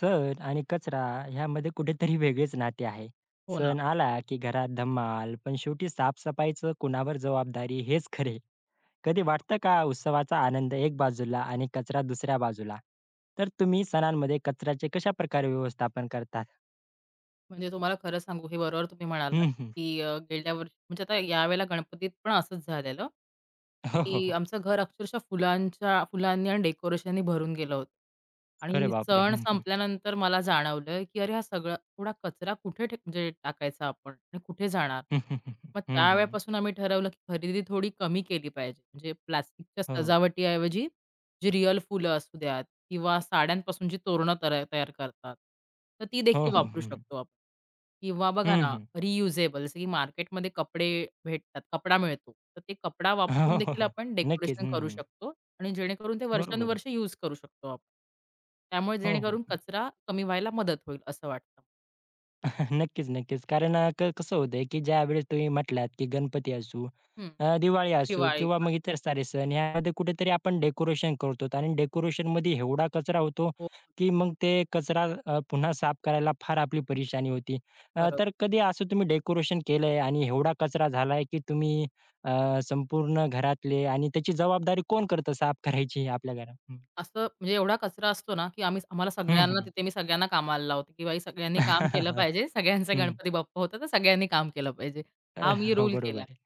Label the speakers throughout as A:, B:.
A: सण आणि कचरा ह्यामध्ये कुठेतरी वेगळेच नाते आहे.
B: हो ना.
A: सण आला की घरात धमाल, पण शेवटी साफसफाईचं कुणावर जबाबदारी हेच खरे. कधी वाटतं का उत्सवाचा आनंद एक बाजूला आणि कचरा दुसऱ्या बाजूला. तर तुम्ही सणांमध्ये कचऱ्याचे कशाप्रकारे व्यवस्थापन करतात?
B: म्हणजे तुम्हाला खरं सांगू, हे बरोबर तुम्ही म्हणालात,
A: हं, हं.
B: की गेल्या वर्षी म्हणजे आता यावेळेला गणपतीत पण असंच झालेलं,
A: हो, हो,
B: की
A: हो.
B: आमचं घर अक्षरशः फुलांच्या फुलांनी आणि डेकोरेशननी भरून गेलं होतं.
A: अरे
B: आणि
A: बापरे!
B: सण
A: हं, हं.
B: संपल्यानंतर मला जाणवलं, की अरे हा सगळा थोडा कचरा कुठे म्हणजे टाकायचा आपण आणि कुठे जाणार?
A: हं, हं,
B: मग
A: हं, हं.
B: त्यावेळेपासून आम्ही ठरवलं, की खरेदी थोडी कमी केली पाहिजे. म्हणजे प्लास्टिकच्या
A: हो.
B: सजावटीऐवजी जी रिअल फुलं असू द्यात किंवा साड्यांपासून जी तोरणं तयार करतात, तर ती
A: हो,
B: देखील
A: हो. हं,
B: वापरू
A: हं.
B: शकतो आपण. किंवा बघा
A: हं,
B: ना,
A: हं.
B: रियुजेबल जसं की मार्केटमध्ये कपडे भेटतात, कपडा मिळतो. तर ते कपडा
A: हो,
B: वापरून
A: हो,
B: देखील
A: हो.
B: आपण
A: नक्कीच.
B: डेकोरेशन
A: हं,
B: करू
A: हं.
B: शकतो आणि जेणेकरून ते
A: बरोबर.
B: वर्षानुवर्षे यूज करू शकतो आपण. त्यामुळे
A: हो, हो.
B: जेणेकरून
A: हो.
B: कचरा कमी व्हायला मदत होईल असं वाटतं.
A: नक्कीच, नक्कीच. कारण अ, क कसं होतंय, की ज्यावेळेस तुम्ही म्हटलात, की गणपती असू,
B: हं.
A: दिवाळी असू
B: दिवाळी
A: किंवा
B: पण.
A: मग इतर सारे सण ह्यामध्ये कुठेतरी आपण डेकोरेशन करतो आणि डेकोरेशनमध्ये एवढा कचरा होतो,
B: हो,
A: की मग ते कचरा पुन्हा साफ करायला फार आपली परेशानी होती.
B: बरोबर.
A: तर कधी असं तुम्ही डेकोरेशन केलंय आणि एवढा कचरा झालाय, की तुम्ही संपूर्ण घरातले आणि त्याची जबाबदारी कोण करतं साफ करायची आपल्या घरात? हं.
B: असं म्हणजे एवढा कचरा असतो ना, की आम्हाला
A: हं,
B: सगळ्यांना
A: हं.
B: तिथे मी सगळ्यांना कामाला लावते, की बाई सगळ्यांनी काम केलं पाहिजे. सगळ्यांचा
A: हं.
B: गणपती बाप्पा होता, तर सगळ्यांनी काम केलं पाहिजे.
A: अ,
B: हा मी
A: हो,
B: रूल
A: बरोबर
B: केला.
A: आहे.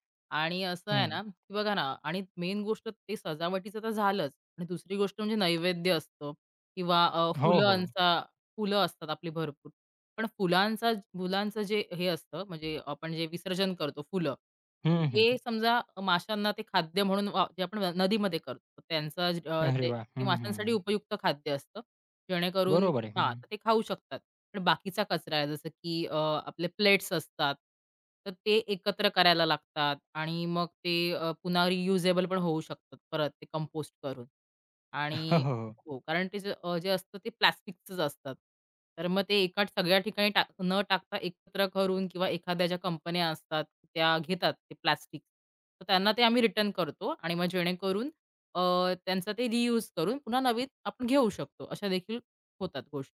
B: आणि असं आहे
A: हं.
B: ना, की बघा ना आणि मेन गोष्ट ते सजावटीचं तर झालंच आणि दुसरी गोष्ट म्हणजे नैवेद्य असतो किंवा
A: हो, हो.
B: फुलं असतात आपली भरपूर. पण फुलांचं जे हे असतं म्हणजे आपण जे विसर्जन करतो फुलं, तर
A: हं,
B: ते
A: हं.
B: समजा माशांना ते खाद्य म्हणून वा जे आपण नदीमध्ये करतो त्यांचा ज- अ,
A: अरे
B: ते
A: वा,
B: ते
A: हं, हं,
B: माशांसाठी
A: हं.
B: उपयुक्त खाद्य असतं. जेणेकरून
A: बरोबर आहे.
B: हां,
A: हं.
B: तर ते खाऊ शकतात. पण बाकीचा कचरा आहे जसं की आपले प्लेट्स असतात, तर ते एकत्र करायला लागतात आणि मग ते पुन्हा रियुजेबल पण होऊ शकतात परत ते कंपोस्ट करून.
A: हो,
B: आणि
A: हो, हो.
B: हो, कारण ते जे असतं ते प्लास्टिकचंच असतात. तर मग ते एका सगळ्या ठिकाणी न टाकता एकत्र करून किंवा एखाद्या ज्या कंपन्या असतात, त्या घेतात ते प्लास्टिक. तर त्यांना ते आम्ही रिटर्न करतो आणि मग जेणेकरून अ, त्यांचा ते रियूज करून पुन्हा नवीन आपण घेऊ शकतो. अशा देखील होतात गोष्टी.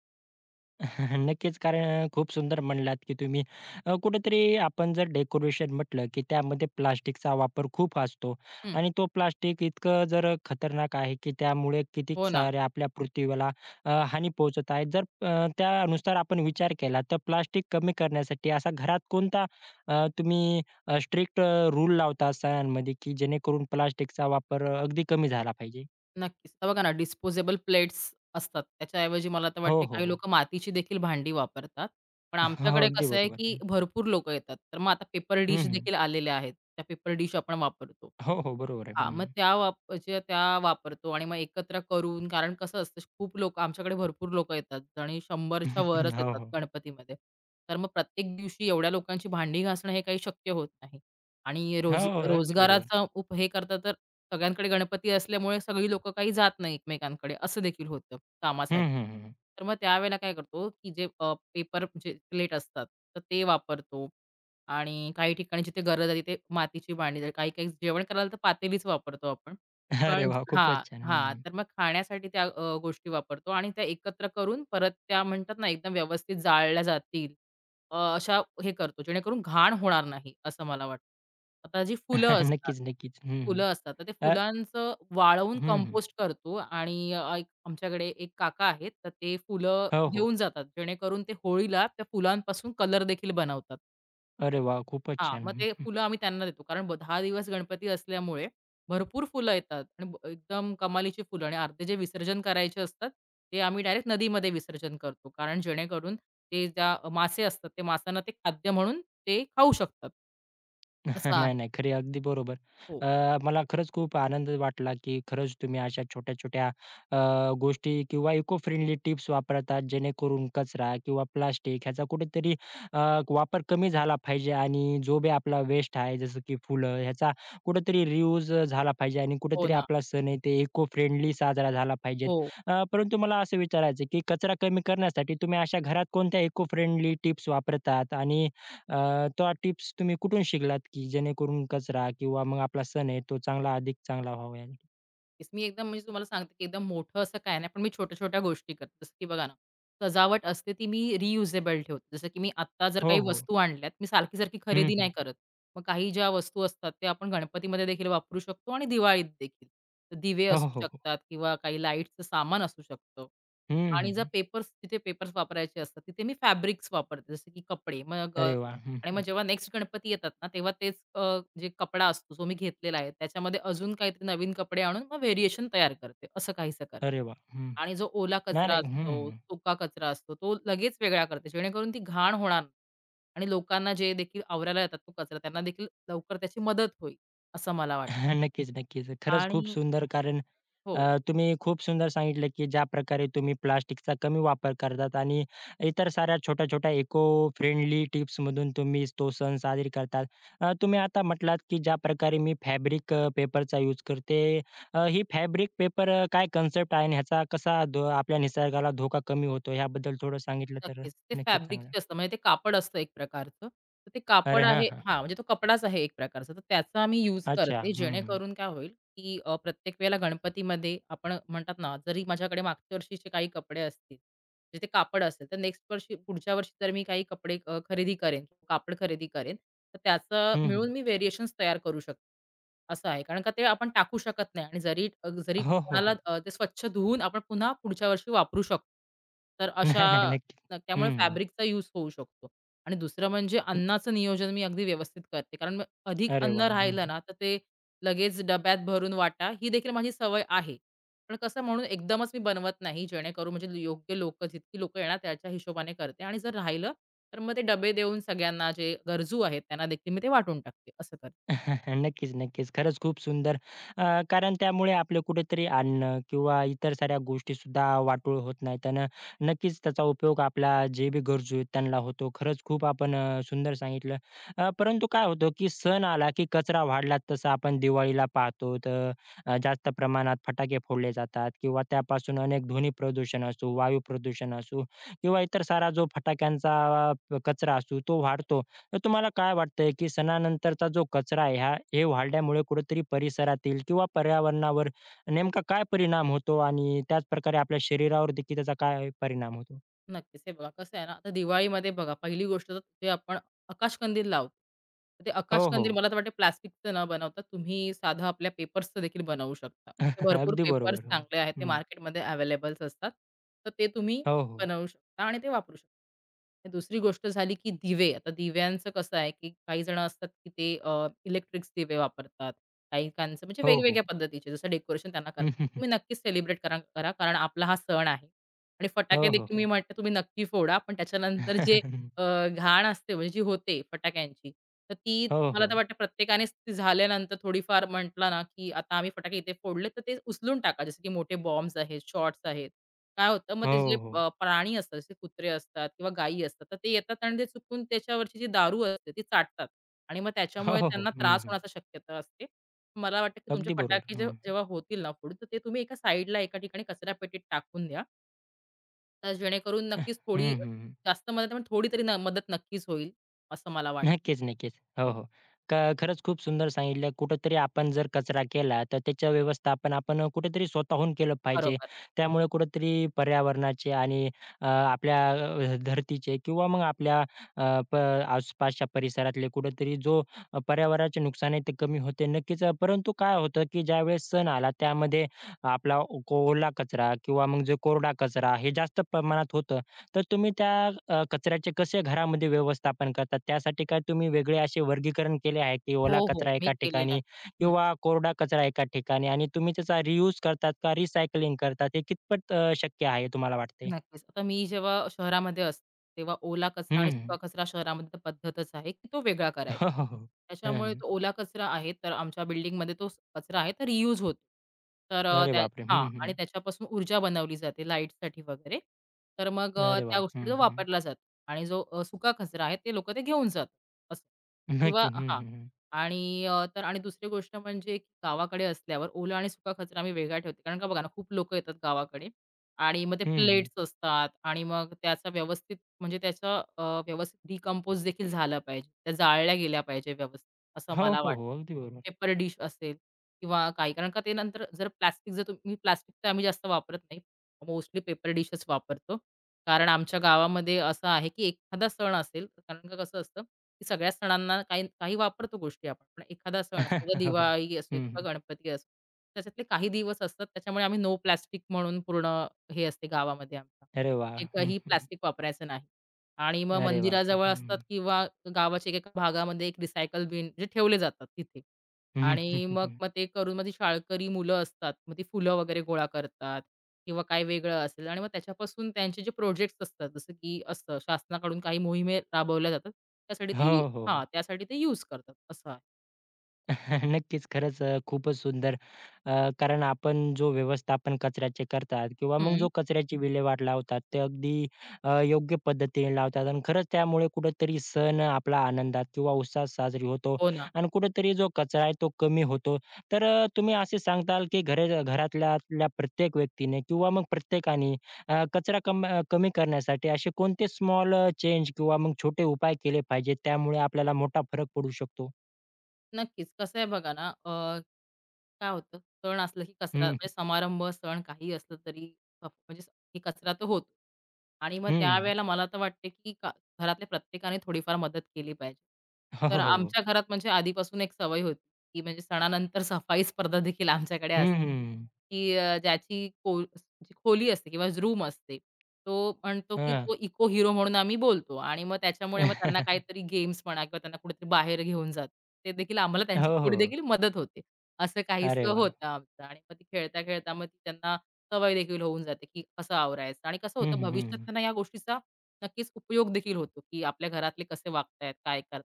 A: नक्कीच कारण खूप सुंदर म्हणलात, की तुम्ही कुठेतरी आपण जर डेकोरेशन म्हटलं, की त्यामध्ये प्लास्टिकचा वापर खूप असतो
B: हं.
A: आणि तो प्लास्टिक इतकं जर खतरनाक आहे, की त्यामुळे किती
B: हो ना.
A: साऱ्या आपल्या पृथ्वीला हानी पोहोचत आहे. जर त्यानुसार आपण विचार केला, तर प्लास्टिक कमी करण्यासाठी असा घरात कोणता तुम्ही स्ट्रिक्ट रूल लावता सणांमध्ये, की जेणेकरून प्लास्टिकचा वापर अगदी कमी झाला पाहिजे?
B: नक्कीच. आता बघा ना, डिस्पोजेबल प्लेट्स असतात. त्याच्याऐवजी मला तर
A: हो,
B: वाटते
A: हो,
B: काही
A: हो.
B: लोकं मातीची देखील भांडी वापरतात. पण
A: हो,
B: आमच्याकडे
A: अगदी
B: कसं आहे,
A: बरोबर.
B: की
A: हं.
B: भरपूर लोकं येतात. तर मग आता पेपर डिश
A: हं, हं.
B: देखील आलेल्या आहेत. त्या पेपर डिश आपण वापरतो.
A: हो, हो. बरोबर आहे.
B: हां, मग
A: हं.
B: त्या ज्या त्या वापरतो आणि मग एकत्र करून कारण कसं असतं खूप लोकं आमच्याकडे भरपूर लोकं येतात आणि 100च्या वरच
A: हो,
B: येतात
A: हो.
B: गणपतीमध्ये. तर मग प्रत्येक दिवशी एवढ्या लोकांची भांडी घासणं हे काही शक्य होत नाही आणि
A: हो,
B: रोज
A: हो, अगदी बरोबर.
B: रोजगाराचा उप हे करता तर सगळ्यांकडे गणपती असल्यामुळे सगळी लोकं काही जात नाही एकमेकांकडे असं देखील होतं
A: हं,
B: कामासाठी.
A: हं, हं.
B: तर मग त्यावेळेला काय करतो, की जे पेपर म्हणजे प्लेट असतात तर ते वापरतो. आणि काही ठिकाणी जिथे गरज आहे तिथे मातीची भांडी जर काही काही जेवण करायला तर पातेलीच वापरतो आपण.
A: अरे
B: पण
A: वाह!
B: हां,
A: खूपच छान.
B: हां.
A: हं.
B: तर मग खाण्यासाठी त्या गोष्टी वापरतो आणि त्या एकत्र करून परत त्या म्हणतात ना एकदम व्यवस्थित जाळल्या जातील. अशा हे करतो जेणेकरून घाण होणार नाही असं मला वाटतं. आता जी फुलं असतात
A: नक्कीच, नक्कीच. हं, हं.
B: फुलं असतात तर ते
A: अ
B: फुलांचं वाळवून
A: हं, हं.
B: कंपोस्ट करतो आणि एक आमच्याकडे एक काका आहेत तर ते फुलं
A: हो, हो.
B: घेऊन जातात जेणेकरून ते होळीला त्या फुलांपासून कलर देखील बनवतात.
A: अरे वाह! खूपच
B: हां,
A: छान.
B: मग ते
A: हं.
B: फुलं आम्ही त्यांना देतो. कारण 10 दिवस गणपती असल्यामुळे भरपूर फुलं येतात आणि एकदम कमालीची फुलं आणि अर्धे जे विसर्जन करायचे असतात, ते आम्ही डायरेक्ट नदीमध्ये विसर्जन करतो. कारण जेणेकरून ते ज्या मासे असतात, ते माशांना ते खाद्य म्हणून ते खाऊ शकतात. असं
A: नाही,
B: आहे.
A: नाही. खरी अगदी बरोबर.
B: हो.
A: अ, मला खरंच खूप आनंद वाटला, की खरंच तुम्ही अशा छोट्या-छोट्या अ, गोष्टी किंवा इको फ्रेंडली टिप्स वापरतात, जेणेकरून कचरा किंवा प्लास्टिक ह्याचा कुठेतरी अ, वापर कमी झाला पाहिजे आणि जो बी आपला वेस्ट आहे, जसं की फुलं ह्याचा कुठेतरी रियूज झाला पाहिजे आणि
B: हो
A: कुठेतरी
B: ना.
A: आपला सण आहे ते इको फ्रेंडली साजरा झाला पाहिजेत.
B: हो.
A: परंतु मला असं विचारायचं आहे, की कचरा कमी करण्यासाठी तुम्ही अशा घरात कोणत्या इको फ्रेंडली टिप्स वापरतात आणि त्या टिप्स तुम्ही कुठून शिकलात, की जेणेकरून कचरा किंवा मग आपला सण आहे तो चांगला अधिक चांगला व्हावा? यासाठी?
B: नक्कीच. मी एकदम म्हणजे तुम्हाला सांगते, की एकदम मोठं असं काय नाही, पण मी छोट्या-छोट्या गोष्टी करते. जसं की बघा ना, सजावट असते ती मी रियुजेबल ठेवते. जसं की मी आत्ता जर
A: हो,
B: काही
A: हो.
B: वस्तू आणल्यात, मी सारखी-सारखी
A: हं,
B: खरेदी
A: हं.
B: नाही करत. मग काही ज्या वस्तू असतात, त्या आपण गणपतीमध्ये देखील वापरू शकतो आणि दिवाळीत देखील. तर दिवे
A: हो, हो,
B: असू
A: हो. हो.
B: शकतात किंवा काही लाईटचं सामान असू शकतं.
A: हं,
B: आणि
A: हं,
B: जर
A: हं.
B: पेपर्स, तिथे पेपर्स वापरायचे असतात, तिथे मी फॅब्रिक्स वापरते. जसं की कपडे. मग
A: अरे वाह! हं,
B: आणि मग
A: हं.
B: जेव्हा नेक्स्ट गणपती येतात ना, तेव्हा तेच जे कपडा असतो, जो मी घेतलेला आहे, त्याच्यामध्ये अजून काहीतरी नवीन कपडे आणून मग व्हेरिएशन तयार करते, असं काहीसं करते.
A: अरे वाह! हं.
B: आणि जो ओला कचरा
A: नाही, नाही. हं,
B: असतो,
A: हं.
B: सुका कचरा असतो, तो लगेच वेगळा करते, जेणेकरून ती घाण होणार नाही आणि लोकांना जे देखील आवरायला येतात तो कचरा, त्यांना देखील लवकर त्याची मदत होईल, असं मला वाटतं.
A: नक्कीच, नक्कीच. खरंच खूप
B: आणि
A: सुंदर कारण
B: हो.
A: अ, तुम्ही खूप सुंदर सांगितलं, की ज्या प्रकारे तुम्ही प्लास्टिकचा कमी वापर करतात आणि इतर साऱ्या छोट्या-छोट्या इको फ्रेंडली टिप्समधून तुम्ही तो सण साजरी करतात. तुम्ही आता म्हटलात, की ज्या प्रकारे मी फॅब्रिक पेपरचा यूज करते. ही फॅब्रिक पेपर काय कन्सेप्ट आहे आणि ह्याचा कसा धो आपल्या निसर्गाला धोका कमी होतो ह्याबद्दल थोडं सांगितलं तर
B: नक्कीच. ते
A: नक्कीच चांगलं.
B: फॅब्रिकचे असतं म्हणजे ते कापड असतं एक प्रकारचं. तर ते कापड
A: अरे हां,
B: आहे
A: हां.
B: हां, म्हणजे तो कपडाच आहे एक प्रकारचा. तर त्याचा मी यूज
A: अच्छा.
B: करते
A: हं, हं.
B: जेणेकरून काय होईल, की प्रत्येक वेळेला गणपतीमध्ये आपण म्हणतात ना, जरी माझ्याकडे मागच्या वर्षीचे काही कपडे असतील, म्हणजे ते कापड असेल, तर नेक्स्ट वर्षी पुढच्या वर्षी जर मी काही कपडे खरेदी करेन, कापड खरेदी करेन, तर त्याचं
A: हं, हं.
B: मिळून मी व्हेरिएशन्स तयार करू शकते. असं आहे. कारण का ते आपण टाकू शकत नाही आणि जरी जरी
A: हो, हो,
B: कोणाला
A: हो.
B: ते स्वच्छ धुवून आपण पुन्हा पुढच्या वर्षी वापरू शकतो. तर अशा
A: नाही, नाही. नक्की.
B: त्यामुळे
A: हं, हं.
B: फॅब्रिकचा यूज होऊ शकतो. आणि दुसरं म्हणजे अन्नाचं नियोजन मी अगदी व्यवस्थित करते. कारण मग अधिक
A: अरे
B: अन्न
A: वाह!
B: राहिलं
A: हं,
B: ना, तर ते लगेच डब्यात भरून वाटा, ही देखील माझी सवय आहे. पण कसं म्हणून एकदमच मी बनवत नाही, जेणेकरून म्हणजे योग्य लोक, जितकी लोकं येणार त्याच्या हिशोबाने करते आणि जर राहिलं, तर मग ते डबे देऊन सगळ्यांना जे गरजू आहेत त्यांना देखील मी ते वाटून टाकते. असं करते.
A: नक्कीच, नक्कीच. खरंच खूप सुंदर. अ, कारण त्यामुळे आपले कुठेतरी अन्न किंवा इतर साऱ्या गोष्टीसुद्धा वाटोळ होत नाहीत अन् नक्कीच त्याचा उपयोग आपला जे बी गरजू आहेत त्यांना होतो. खरंच खूप आपण सुंदर सांगितलं. परंतु काय होतं, की सण आला, की कचरा वाढला तसं आपण दिवाळीला पाहतो तर जास्त प्रमाणात फटाके फोडले जातात किंवा त्यापासून अनेक ध्वनी प्रदूषण असो, वायू प्रदूषण असो किंवा इतर सारा जो फटाक्यांचा कचरा असतो तो वाढतो. तर तुम्हाला काय वाटतंय, की सणानंतरचा जो कचरा आहे हा वाढल्यामुळे कुठेतरी परिसरातील किंवा पर्यावरणावर नेमका काय परिणाम होतो आणि त्याचप्रकारे आपल्या शरीरावर देखील त्याचा काय परिणाम होतो?
B: नक्कीच. हे बघा कसं आहे ना, आता दिवाळीमध्ये बघा पहिली गोष्ट तर ते आपण आकाशकंदील लावतो. तर ते
A: हो,
B: आकाशकंदील
A: हो.
B: मला तर वाटते प्लास्टिकचं न बनवता तुम्ही साधं आपल्या पेपर्सचं देखील बनवू शकता. तर भरपूर
A: अगदी
B: पेपर्स
A: बरोबर. हो.
B: चांगले आहेत, ते
A: हं.
B: मार्केटमध्ये अवेलेबल्स असतात. तर ते तुम्ही
A: हो, हो.
B: बनवू शकता आणि ते वापरू शकता. आणि दुसरी गोष्ट झाली, की दिवे. आता दिव्यांचं कसं आहे, की काही जण असतात, की ते दिवे वापरतात. काही काहींचं म्हणजे
A: हो, हो.
B: वेगवेगळ्या पद्धतीचे जसं डेकोरेशन त्यांना करायचं.
A: हं,
B: तुम्ही नक्कीच सेलिब्रेट करा करा कारण आपला हा सण आहे. आणि फटाके
A: हो, हो,
B: देखील मी
A: हो.
B: म्हणते तुम्ही नक्की फोडा. पण त्याच्यानंतर जे अ, घाण असते म्हणजे जी होते फटाक्यांची, तर ती
A: हो,
B: मला तर
A: हो.
B: वाटतं प्रत्येकानेच ती झाल्यानंतर थोडीफार म्हटलं ना, की आता आम्ही फटाके इथे फोडले, तर ते उचलून टाका. जसं की मोठे बॉम्ब्स आहेत, शॉट्स आहेत. काय होतं मग ते जे
A: हो, हो.
B: प्राणी असतात, जसे कुत्रे असतात किंवा गायी असतात, तर ते येतात आणि ते चुकून त्याच्यावरची जी दारू असते ती चाटतात आणि मग
A: हो,
B: त्याच्यामुळे
A: हो, हो.
B: त्यांना
A: हं,
B: त्रास
A: हं.
B: होण्याची शक्यता असते. मला वाटतं, की तुमचे
A: अगदी बरोबर.
B: फटाके जे
A: हं.
B: जेव्हा होतील ना फोडून, तर ते तुम्ही एका साइडला एका ठिकाणी कचरापेटीत टाकून द्या. तर जेणेकरून नक्कीच थोडी
A: हं, हं.
B: जास्त मदत नाही, पण थोडी तरी मदत नक्कीच होईल, असं मला वाटतं.
A: नक्कीच, नक्कीच. हो,
B: हो,
A: हो. खरंच खूप सुंदर सांगितलं. कुठेतरी आपण जर कचरा केला, तर त्याचं व्यवस्थापन आपण कुठेतरी स्वतःहून केलं पाहिजे.
B: बरोबर.
A: त्यामुळे कुठेतरी पर्यावरणाचे आणि आपल्या धरतीचे किंवा मग आपल्या अ, प आसपासच्या परिसरातले कुठेतरी जो पर्यावरणाचे नुकसान आहे, ते कमी होते नक्कीच. परंतु काय होतं, की ज्यावेळेस सण आला, त्यामध्ये आपला ओ- ओला कचरा किंवा मग जो कोरडा कचरा हे जास्त प्रमाणात होतं. तर तुम्ही त्या कचऱ्याचे कसे घरामध्ये व्यवस्थापन करतात? त्यासाठी काय तुम्ही वेगळे असे वर्गीकरण केले आहे, की
B: हो,
A: ओला
B: हो.
A: कचरा
B: मी
A: एका
B: केलेलं
A: ठिकाणी
B: आहे. हं.
A: किंवा कोरडा कचरा एका ठिकाणी आणि तुम्ही त्याचा रियूज करतात का रिसायकलिंग करतात? हे कितपत शक्य आहे तुम्हाला वाटते?
B: नक्कीच. आता मी जेव्हा शहरामध्ये असते, तेव्हा ओला कचरा आणि सुका
A: हं.
B: कचरा शहरामध्ये तर पद्धतच आहे, की तो वेगळा
A: हो,
B: करायची.
A: हो, हो. हं,
B: त्याच्यामुळे
A: हं.
B: तो ओला कचरा आहे, तर आमच्या बिल्डिंगमध्ये तो कचरा आहे, तर रियूज होतो. तर अ,
A: अरे
B: त्या
A: बापरे!
B: हां.
A: हं, हं.
B: आणि त्याच्यापासून ऊर्जा बनवली जाते लाईटसाठी वगैरे. तर मग
A: अरे
B: त्या
A: वाह!
B: गोष्टी
A: हं,
B: तो
A: हं.
B: वापरला जातो आणि जो सुका कचरा आहे, ते लोकं ते घेऊन जातात असं. किंवा
A: नक्की. हं,
B: हां.
A: हं, हं.
B: आणि तर आणि दुसरी गोष्ट म्हणजे की गावाकडे असल्यावर ओला आणि सुका कचरा आम्ही वेगळा ठेवते. कारण का बघा ना, खूप लोकं येतात गावाकडे. आणि मग ते
A: हं,
B: प्लेट्स असतात आणि मग त्याचा व्यवस्थित म्हणजे त्याचं व्यवस्थित डिकंपोज देखील झालं पाहिजे. त्या जाळल्या गेल्या पाहिजे व्यवस्थित, असं
A: हो,
B: मला
A: हो,
B: वाटतं.
A: हो. अगदी बरोबर.
B: पेपर डिश असेल किंवा काही कारण का ते नंतर जर प्लास्टिक जर तुम्ही प्लास्टिक तर आम्ही जास्त वापरत नाही. मोस्टली पेपर डिशच वापरतो. कारण आमच्या गावामध्ये असं आहे, की एखादा सण असेल कारण का कसं असतं, की सगळ्या सणांना काही काही वापरतो गोष्टी आपण. पण एखादा सण असेल, समजा
A: हो, हो.
B: दिवाळी असो किंवा
A: हं,
B: गणपती असो, त्याच्यातले काही दिवस असतात त्याच्यामुळे आम्ही नो प्लास्टिक म्हणून पूर्ण हे असते गावामध्ये आमच्या.
A: अरे वाह!
B: ते
A: हं,
B: काही
A: हं.
B: प्लास्टिक वापरायचं नाही. आणि मग
A: अरे बापरे!
B: मंदिराजवळ
A: हं,
B: असतात
A: हं.
B: किंवा गावाच्या एकेका भागामध्ये एक रिसायकल बिन म्हणजे ठेवले जातात तिथे.
A: हं,
B: आणि मग
A: हं,
B: मग ते करून मग ती शाळकरी मुलं असतात. मग ती फुलं वगैरे गोळा करतात किंवा काही वेगळं असेल आणि मग त्याच्यापासून त्यांचे जे प्रोजेक्ट्स असतात, जसं की असतं शासनाकडून काही मोहिमे राबवल्या जातात.
A: हो, हो, हो.
B: त्यासाठी ते यूज करतात असं आहे.
A: नक्कीच. खरंच खूपच सुंदर. कारण आपण जो व्यवस्थापन कचऱ्याचे करतात किंवा मग
B: हं.
A: जो कचऱ्याची विल्हेवाट लावतात ते अगदी योग्य पद्धतीने लावतात आणि खरंच त्यामुळे कुठेतरी सण आपला आनंदात किंवा उत्साहात साजरी होतो
B: हो ना.
A: आणि कुठेतरी जो कचरा आहे तो कमी होतो. तर तुम्ही असे सांगताल की घरातल्या आपल्या प्रत्येक व्यक्तीने किंवा मग प्रत्येकाने अ, कचरा कम अ, कमी करण्यासाठी असे कोणते स्मॉल चेंज किंवा मग छोटे उपाय केले पाहिजेत त्यामुळे आपल्याला मोठा फरक पडू शकतो?
B: नक्कीच. कसं आहे बघा ना, काय होतं, सण असलं की कचरा
A: हं,
B: म्हणजे समारंभ, सण काही असलं तरी अ, म्हणजे स- ही कचरा तर होतो. आणि मग
A: हं.
B: त्यावेळेला मला तर वाटते की का घरातल्या प्रत्येकाने थोडीफार मदत केली पाहिजे.
A: हो,
B: तर
A: हो, हो.
B: आमच्या घरात म्हणजे आधीपासून एक सवय होती, की म्हणजे सणानंतर सफाई स्पर्धा देखील आमच्याकडे
A: हं,
B: असते,
A: हं.
B: की अ, ज्याची को जी खोली असते किंवा रूम असते. तो म्हणतो, की
A: हां.
B: तो इको हीरो म्हणून आम्ही बोलतो आणि मग त्याच्यामुळे मग त्यांना काहीतरी गेम्स म्हणा किंवा त्यांना कुठेतरी बाहेर घेऊन जातो. ते देखील आम्हाला त्यांची
A: हो,
B: थोडी
A: हो.
B: देखील मदत होते. असं
A: अरे
B: काहीसं
A: वाह!
B: होतं आमचं आणि मग ती खेळता-खेळता मग ती त्यांना सवय देखील होऊन जाते, की कसं आवरायचं आणि कसं
A: हं,
B: होतं
A: हं,
B: भविष्यात
A: हं.
B: त्यांना या गोष्टीचा नक्कीच उपयोग देखील होतो, की आपल्या घरातले कसे वागतायत, काय करतात.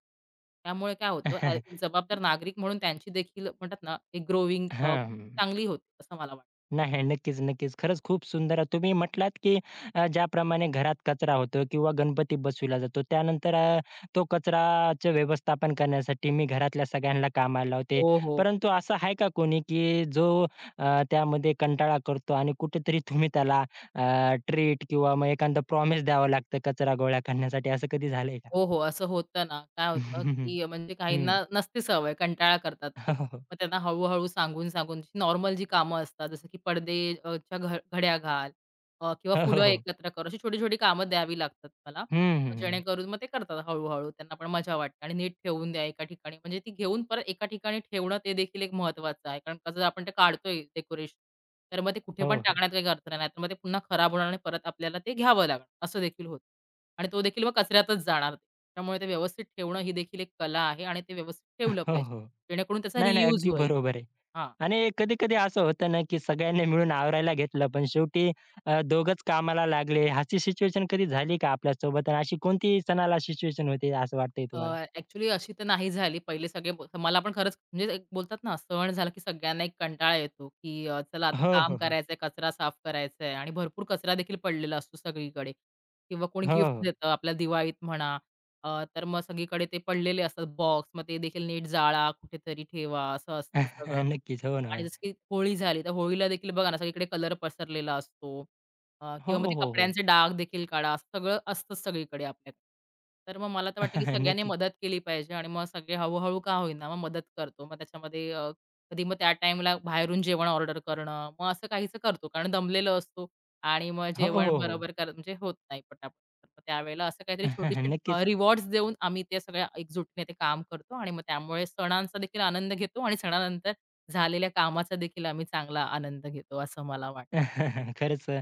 B: त्यामुळे काय होतं एक जबाबदार नागरिक म्हणून त्यांची देखील म्हणतात ना, एक ग्रोविंग
A: हं.
B: चांगली होते असं मला वाटतं.
A: नाही, नक्कीच, नक्कीच. खरंच खूप सुंदर. तुम्ही म्हटलात, की ज्याप्रमाणे घरात कचरा होतो किंवा गणपती बसविला जातो, त्यानंतर तो कचराचं व्यवस्थापन करण्यासाठी मी घरातल्या सगळ्यांना कामाला लावते.
B: हो, हो.
A: परंतु असं आहे का कोणी, की जो त्यामध्ये कंटाळा करतो आणि कुठेतरी तुम्ही त्याला ट्रीट किंवा मग एखादा प्रॉमिस द्यावं लागतं कचरा गोळा करण्यासाठी, असं कधी झालंय का?
B: हो, हो. असं होतं ना, काय होतं, की म्हणजे
A: हं.
B: काहींना नसते सवय, कंटाळा करतात ते.
A: हो, हो.
B: मग त्यांना हळू-हळू सांगून-सांगून नॉर्मल जी कामं असतात, जसं की पडदे अ, च्या घ घड्या घाल किंवा
A: हो, हो,
B: फुलं
A: हो.
B: एकत्र कर, अशी छोटी-छोटी कामं द्यावी लागतात मला.
A: हं, हं.
B: जेणेकरून मग ते करतात हळू त्यांना पण मजा वाटते आणि नीट ठेवून द्या एका ठिकाणी. म्हणजे ती घेऊन परत एका ठिकाणी ठेवणं ते देखील एक महत्त्वाचं आहे. कारण कसं आपण ते काढतोय डेकोरेशन, तर मग ते कुठे
A: हो,
B: पण
A: हो.
B: टाकण्यात काही अर्थ नाही. नाहीतर मग ते पुन्हा खराब होणार आणि परत आपल्याला ते घ्यावं लागणार. असं देखील होतं. आणि तो देखील मग कचऱ्यातच जाणार. त्यामुळे ते व्यवस्थित ठेवणं ही देखील एक कला आहे आणि ते व्यवस्थित ठेवलं
A: हो,
B: पाहिजे.
A: हो.
B: जेणेकरून त्याचा
A: नाही, नाही.
B: रियूज
A: अगदी
B: होईल.
A: बरोबर आहे.
B: हां.
A: आणि कधी-कधी असं होतं ना, की सगळ्यांनी मिळून आवरायला घेतलं, पण शेवटी दोघंच कामाला लागले. अशी सिच्युएशन कधी झाली का आपल्यासोबत? आणि अशी कोणती सणाला सिच्युएशन होती असं वाटतंय तुम्हाला?
B: अ, अशी तर नाही झाली. पहिले सगळे ब मला पण खरंच म्हणजे एक बोलतात ना, सण झाला की सगळ्यांना एक कंटाळा येतो, की चला आता
A: हो,
B: काम
A: हो, हो.
B: करायचंय, कचरा साफ करायचा आहे आणि भरपूर कचरा देखील पडलेला असतो सगळीकडे किंवा कोणी
A: हो,
B: गिफ्ट
A: हो.
B: देतं आपल्याला दिवाळीत म्हणा. तर मग सगळीकडे ते पडलेले असतात बॉक्स. मग ते देखील नीट जाळा, कुठेतरी ठेवा, असं असतं सगळं
A: नक्कीच. हो ना. हो,
B: आणि
A: ना.
B: जसं की होळी झाली, तर होळीला देखील बघा ना, सगळीकडे कलर पसरलेला असतो.
A: हो,
B: किंवा मग ते
A: हो. हो.
B: कपड्यांचे डाग देखील काढा, असं सगळं असतंच सगळीकडे आपल्याकडे. तर मग मला तर वाटतं, की सगळ्यांनी
A: नक्कीच.
B: मदत केली पाहिजे आणि मग सगळे हळू-हळू का होईना, मग मदत करतो. मग त्याच्यामध्ये कधी मग त्या टाईमला बाहेरून जेवण ऑर्डर करणं, मग असं काहीसं करतो. कारण दमलेलो असतो आणि मग
A: हो,
B: जेवण
A: हो, हो.
B: बरोबर कर म्हणजे होत नाही पटापट. तर मग त्यावेळेला असं काहीतरी छोटीशी
A: नक्कीच.
B: रिवॉर्ड्स देऊन आम्ही ते सगळ्या एकजुटीने ते काम करतो आणि मग त्यामुळे सणांचा देखील आनंद घेतो आणि सणानंतर झालेल्या कामाचा देखील आम्ही चांगला आनंद घेतो, असं मला वाटतं.
A: खरंच अ,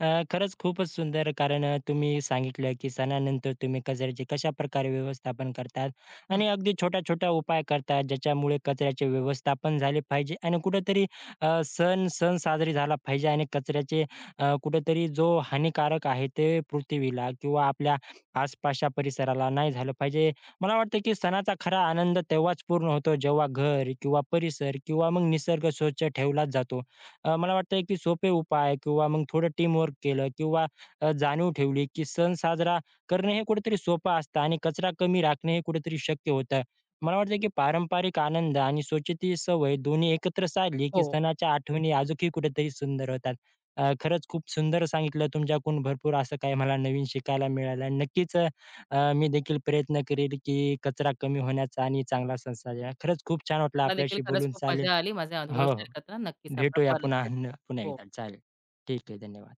A: अ, खरंच खूपच सुंदर कारण तुम्ही सांगितलं की सणानंतर तुम्ही कचऱ्याचे कशाप्रकारे व्यवस्थापन करतात
B: हं.
A: आणि अगदी छोटा-छोटा उपाय करतात ज्याच्यामुळे कचऱ्याचे व्यवस्थापन झाले पाहिजे आणि कुठेतरी अ, सण सण साजरी झाला पाहिजे आणि कचऱ्याचे कुठेतरी जो हानिकारक आहे ते पृथ्वीला किंवा आपल्या आसपासच्या परिसराला नाही झालं पाहिजे. मला वाटतं की सणाचा खरा आनंद तेव्हाच पूर्ण होतो जेव्हा घर किंवा परिसर किंवा मग निसर्ग स्वच्छ ठेवलाच जातो. मला वाटतं एक की सोपे उपाय किंवा मग थोडं टीमवर्क केलं किंवा जाणीव ठेवली की सण साजरा करणे हे कुठेतरी सोपं असतं आणि कचरा कमी राखणे हे कुठेतरी शक्य होतं. मला वाटतं की पारंपरिक आनंद आणि स्वच्छतेची सवय दोन्ही एकत्र साधली की
B: हो.
A: सणाच्या आठवणी अजूनही कुठेतरी सुंदर होतात. खरंच खूप सुंदर सांगितलं तुमच्याकडून भरपूर असं काही मला नवीन शिकायला मिळालं नक्कीच अ, अ, मी देखील प्रयत्न करेल की कचरा कमी होण्याचा आणि चांगला सण साजरा. खरंच खूप छान वाटलं
B: मला देखील
A: आपल्याशी
B: खरंच
A: बोलून.
B: खूप
A: चालेल.
B: मजा आली. माझे अनुभव
A: हो, हो.
B: शेअर करताना नक्कीच आपण
A: भेटूया
B: परत
A: पुन्हा
B: भेटू.
A: पुन्हा
B: हो.
A: एकदा. चालेल. ठीक आहे. धन्यवाद.